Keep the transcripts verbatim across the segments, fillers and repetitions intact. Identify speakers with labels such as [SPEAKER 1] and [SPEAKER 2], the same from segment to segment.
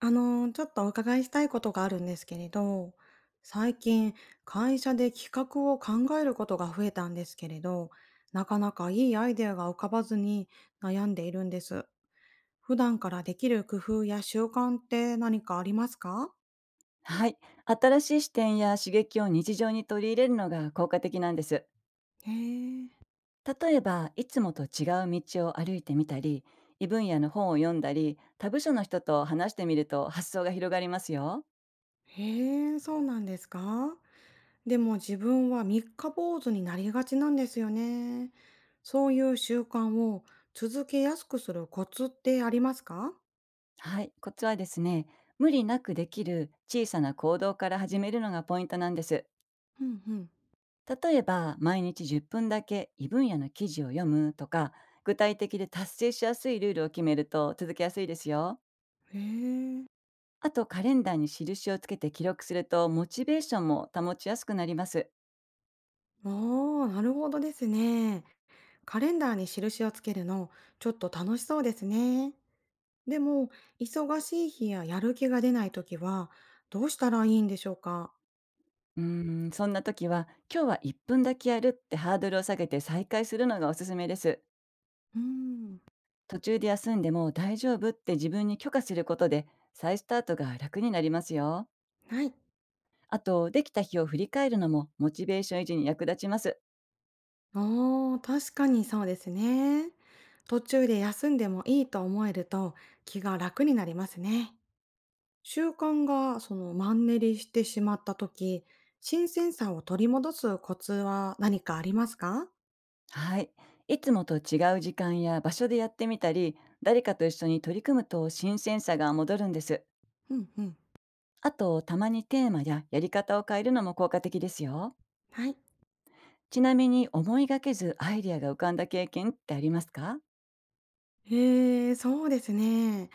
[SPEAKER 1] あのー、ちょっとお伺いしたいことがあるんですけれど、最近会社で企画を考えることが増えたんですけれど、なかなかいいアイデアが浮かばずに悩んでいるんです。普段からできる工夫や習慣って何かありますか？
[SPEAKER 2] はい。新しい視点や刺激を日常に取り入れるのが効果的なんです。
[SPEAKER 1] へえ、
[SPEAKER 2] 例えば、いつもと違う道を歩いてみたり、異分野の本を読んだり、他部署の人と話してみると発想が広がりますよ。
[SPEAKER 1] へえ、そうなんですか？でも自分は三日坊主になりがちなんですよね。そういう習慣を続けやすくするコツってありますか？
[SPEAKER 2] はい。コツはですね、無理なくできる小さな行動から始めるのがポイントなんです。
[SPEAKER 1] うんうん。
[SPEAKER 2] 例えば、毎日じゅっぷんだけ異分野の記事を読むとか、具体的で達成しやすいルールを決めると続けやすいですよ。
[SPEAKER 1] へえ。
[SPEAKER 2] あと、カレンダーに印をつけて記録するとモチベーションも保ちやすくなります。
[SPEAKER 1] おー、なるほどですね。カレンダーに印をつけるの、ちょっと楽しそうですね。でも、忙しい日ややる気が出ない時は、どうしたらいいんでしょうか？
[SPEAKER 2] うーん、そんな時は、今日はいっぷんだけやるってハードルを下げて再開するのがおすすめです。
[SPEAKER 1] うーん、
[SPEAKER 2] 途中で休んでも大丈夫って自分に許可することで、再スタートが楽になりますよ。
[SPEAKER 1] はい。
[SPEAKER 2] あと、できた日を振り返るのもモチベーション維持に役立ちます。
[SPEAKER 1] おー、確かにそうですね。途中で休んでもいいと思えると気が楽になりますね。習慣がそのマンネリしてしまった時、新鮮さを取り戻すコツは何かありますか？
[SPEAKER 2] はい。いつもと違う時間や場所でやってみたり、誰かと一緒に取り組むと新鮮さが戻るんです。
[SPEAKER 1] うん、うん。
[SPEAKER 2] あと、たまにテーマややり方を変えるのも効果的ですよ。
[SPEAKER 1] はい。
[SPEAKER 2] ちなみに、思いがけずアイデアが浮かんだ経験ってありますか？
[SPEAKER 1] へえ、そうですね。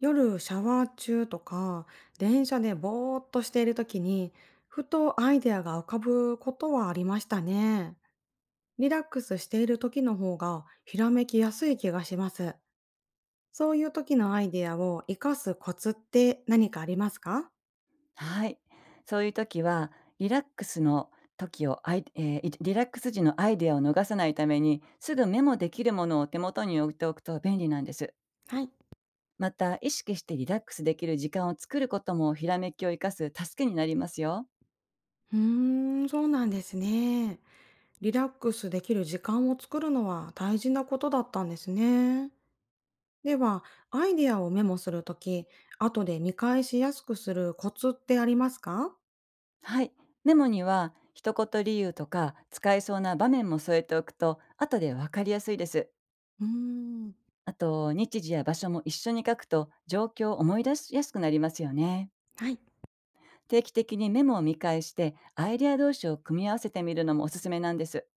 [SPEAKER 1] 夜シャワー中とか、電車でぼーっとしている時に、ふとアイデアが浮かぶことはありましたね。リラックスしている時の方がひらめきやすい気がします。そういう時のアイデアを活かすコツって何かありますか？
[SPEAKER 2] はい。そういう時は、リラックスの時をアイ、えーいリラックス時のアイデアを逃さないために、すぐメモできるものを手元に置いておくと便利なんです。
[SPEAKER 1] はい。
[SPEAKER 2] また、意識してリラックスできる時間を作ることも、ひらめきを生かす助けになりますよ。
[SPEAKER 1] うーん、そうなんですね。リラックスできる時間を作るのは大事なことだったんですね。では、アイデアをメモするとき、後で見返しやすくするコツってありますか？
[SPEAKER 2] はい。メモには、一言理由とか、使えそうな場面も添えておくと、後でわかりやすいです。
[SPEAKER 1] うーん、
[SPEAKER 2] あと、日時や場所も一緒に書くと、状況を思い出しやすくなりますよね。
[SPEAKER 1] はい。
[SPEAKER 2] 定期的にメモを見返してアイデア同士を組み合わせてみるのもおすすめなんです。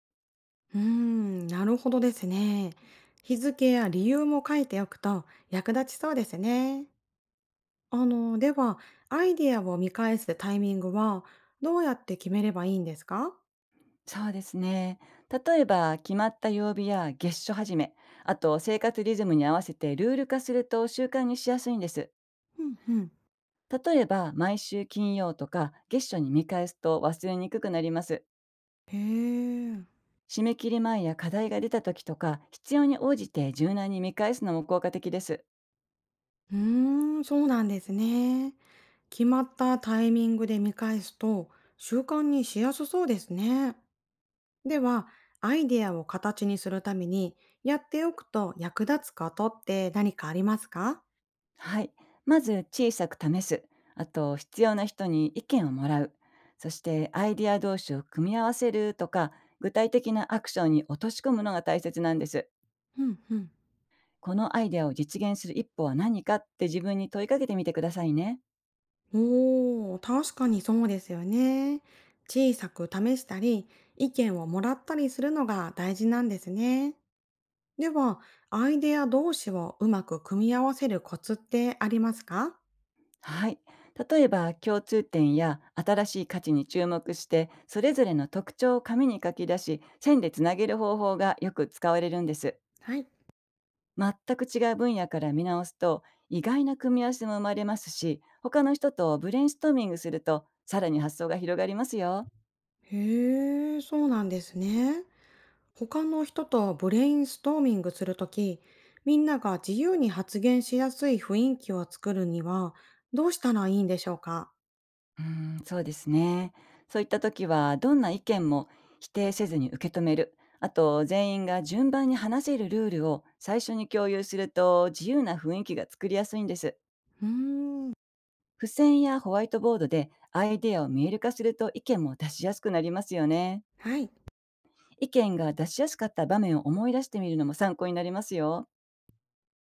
[SPEAKER 1] うーん、なるほどですね。日付や理由も書いておくと役立ちそうですね。あの、では、アイデアを見返すタイミングはどうやって決めればいいんですか？
[SPEAKER 2] そうですね。例えば、決まった曜日や月初始め、あと生活リズムに合わせてルール化すると習慣にしやすいんです。
[SPEAKER 1] うんうん。
[SPEAKER 2] 例えば、毎週金曜とか月初に見返すと忘れにくくなります。
[SPEAKER 1] へえ。
[SPEAKER 2] 締め切り前や課題が出た時とか、必要に応じて柔軟に見返すのも効果的です。
[SPEAKER 1] うーん、そうなんですね。決まったタイミングで見返すと習慣にしやすそうですね。では、アイデアを形にするために、やっておくと役立つことって何かありますか？
[SPEAKER 2] はい。まず小さく試す。あと必要な人に意見をもらう。そしてアイディア同士を組み合わせるとか、具体的なアクションに落とし込むのが大切なんです。
[SPEAKER 1] うんうん。
[SPEAKER 2] このアイデアを実現する一歩は何かって自分に問いかけてみてくださいね。
[SPEAKER 1] おー、確かにそうですよね。小さく試したり、意見をもらったりするのが大事なんですね。では、アイデア同士をうまく組み合わせるコツってありますか？
[SPEAKER 2] はい。例えば、共通点や新しい価値に注目して、それぞれの特徴を紙に書き出し、線でつなげる方法がよく使われるんです。
[SPEAKER 1] はい。
[SPEAKER 2] 全く違う分野から見直すと意外な組み合わせも生まれますし、他の人とブレインストーミングするとさらに発想が広がりますよ。
[SPEAKER 1] へえ、そうなんですね。他の人とブレインストーミングするとき、みんなが自由に発言しやすい雰囲気を作るには、どうしたらいいんでしょうか？
[SPEAKER 2] うーん、そうですね。そういった時は、どんな意見も否定せずに受け止める、あと全員が順番に話せるルールを最初に共有すると、自由な雰囲気が作りやすいんです。
[SPEAKER 1] うーん、
[SPEAKER 2] 付箋やホワイトボードでアイデアを見える化すると、意見も出しやすくなりますよね。
[SPEAKER 1] はい。
[SPEAKER 2] 意見が出しやすかった場面を思い出してみるのも参考になりますよ。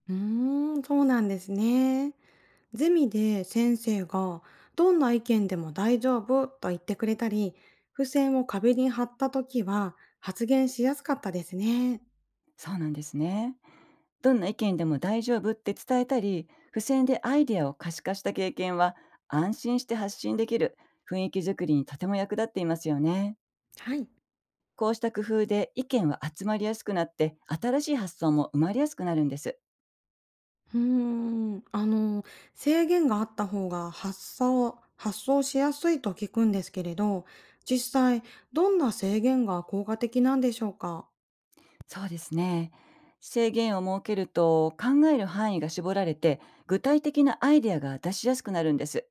[SPEAKER 1] うーん、そうなんですね。ゼミで先生が、どんな意見でも大丈夫と言ってくれたり、付箋を壁に貼ったときは、発言しやすかったですね。
[SPEAKER 2] そうなんですね。どんな意見でも大丈夫って伝えたり、付箋でアイデアを可視化した経験は、安心して発信できる雰囲気づくりにとても役立っていますよね。
[SPEAKER 1] はい。
[SPEAKER 2] こうした工夫で意見は集まりやすくなって、新しい発想も生まれやすくなるんです。
[SPEAKER 1] うーん、あの、制限があった方が発想、発想しやすいと聞くんですけれど、実際、どんな制限が効果的なんでしょうか？
[SPEAKER 2] そうですね。制限を設けると考える範囲が絞られて、具体的なアイデアが出しやすくなるんです。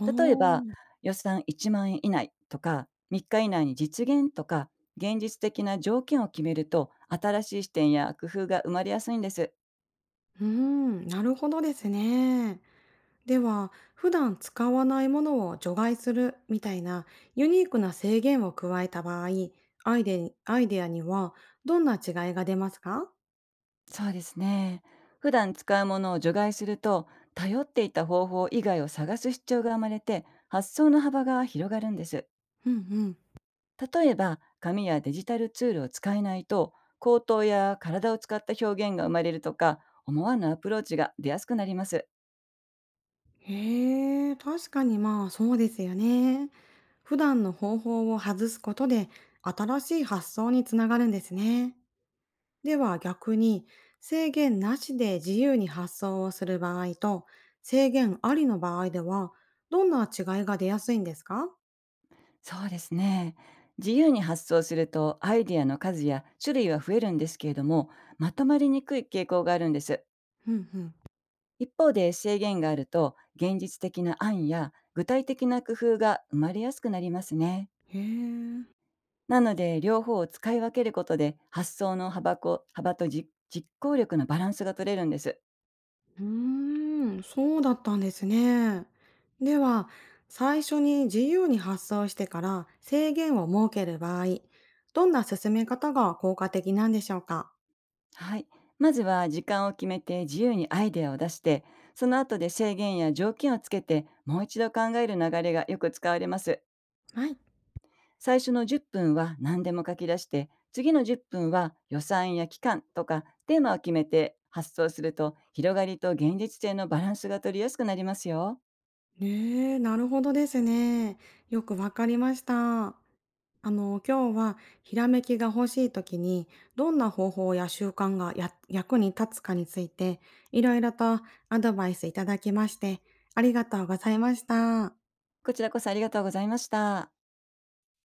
[SPEAKER 1] お
[SPEAKER 2] 例えば、
[SPEAKER 1] ー、
[SPEAKER 2] 予算いちまん円以内とか、みっか以内に実現とか、現実的な条件を決めると、新しい視点や工夫が生まれやすいんです。
[SPEAKER 1] うーん、なるほどですね。では、普段使わないものを除外するみたいなユニークな制限を加えた場合、アイデアにアイデアにはどんな違いが出ますか？
[SPEAKER 2] そうですね。普段使うものを除外すると、頼っていた方法以外を探す必要が生まれて、発想の幅が広がるんです。
[SPEAKER 1] うんうん。
[SPEAKER 2] 例えば、紙やデジタルツールを使えないと、口頭や体を使った表現が生まれるとか、思わぬアプローチが出やすくなります。
[SPEAKER 1] へえ、確かにまあそうですよね。普段の方法を外すことで新しい発想につながるんですね。では逆に制限なしで自由に発想をする場合と制限ありの場合ではどんな違いが出やすいんですか？
[SPEAKER 2] そうですね。自由に発想するとアイディアの数や種類は増えるんですけれども、まとまりにくい傾向があるんです。
[SPEAKER 1] うんうん。
[SPEAKER 2] 一方で制限があると、現実的な案や具体的な工夫が生まれやすくなりますね。
[SPEAKER 1] へえ。
[SPEAKER 2] なので、両方を使い分けることで、発想の幅こ幅とじ実行力のバランスが取れるんです。
[SPEAKER 1] うーん、そうだったんですね。では、最初に自由に発想してから制限を設ける場合、どんな進め方が効果的なんでしょうか？
[SPEAKER 2] はい。まずは時間を決めて自由にアイデアを出して、その後で制限や条件をつけて、もう一度考える流れがよく使われます。
[SPEAKER 1] はい。
[SPEAKER 2] 最初のじゅっぷんは何でも書き出して、次のじゅっぷんは予算や期間とかテーマを決めて発想すると、広がりと現実性のバランスが取りやすくなりますよ。
[SPEAKER 1] ねえ、なるほどですね。よくわかりました。あの、今日はひらめきが欲しい時に、どんな方法や習慣がや役に立つかについて、いろいろとアドバイスいただきまして、ありがとうございました。
[SPEAKER 2] こちらこそありがとうございました。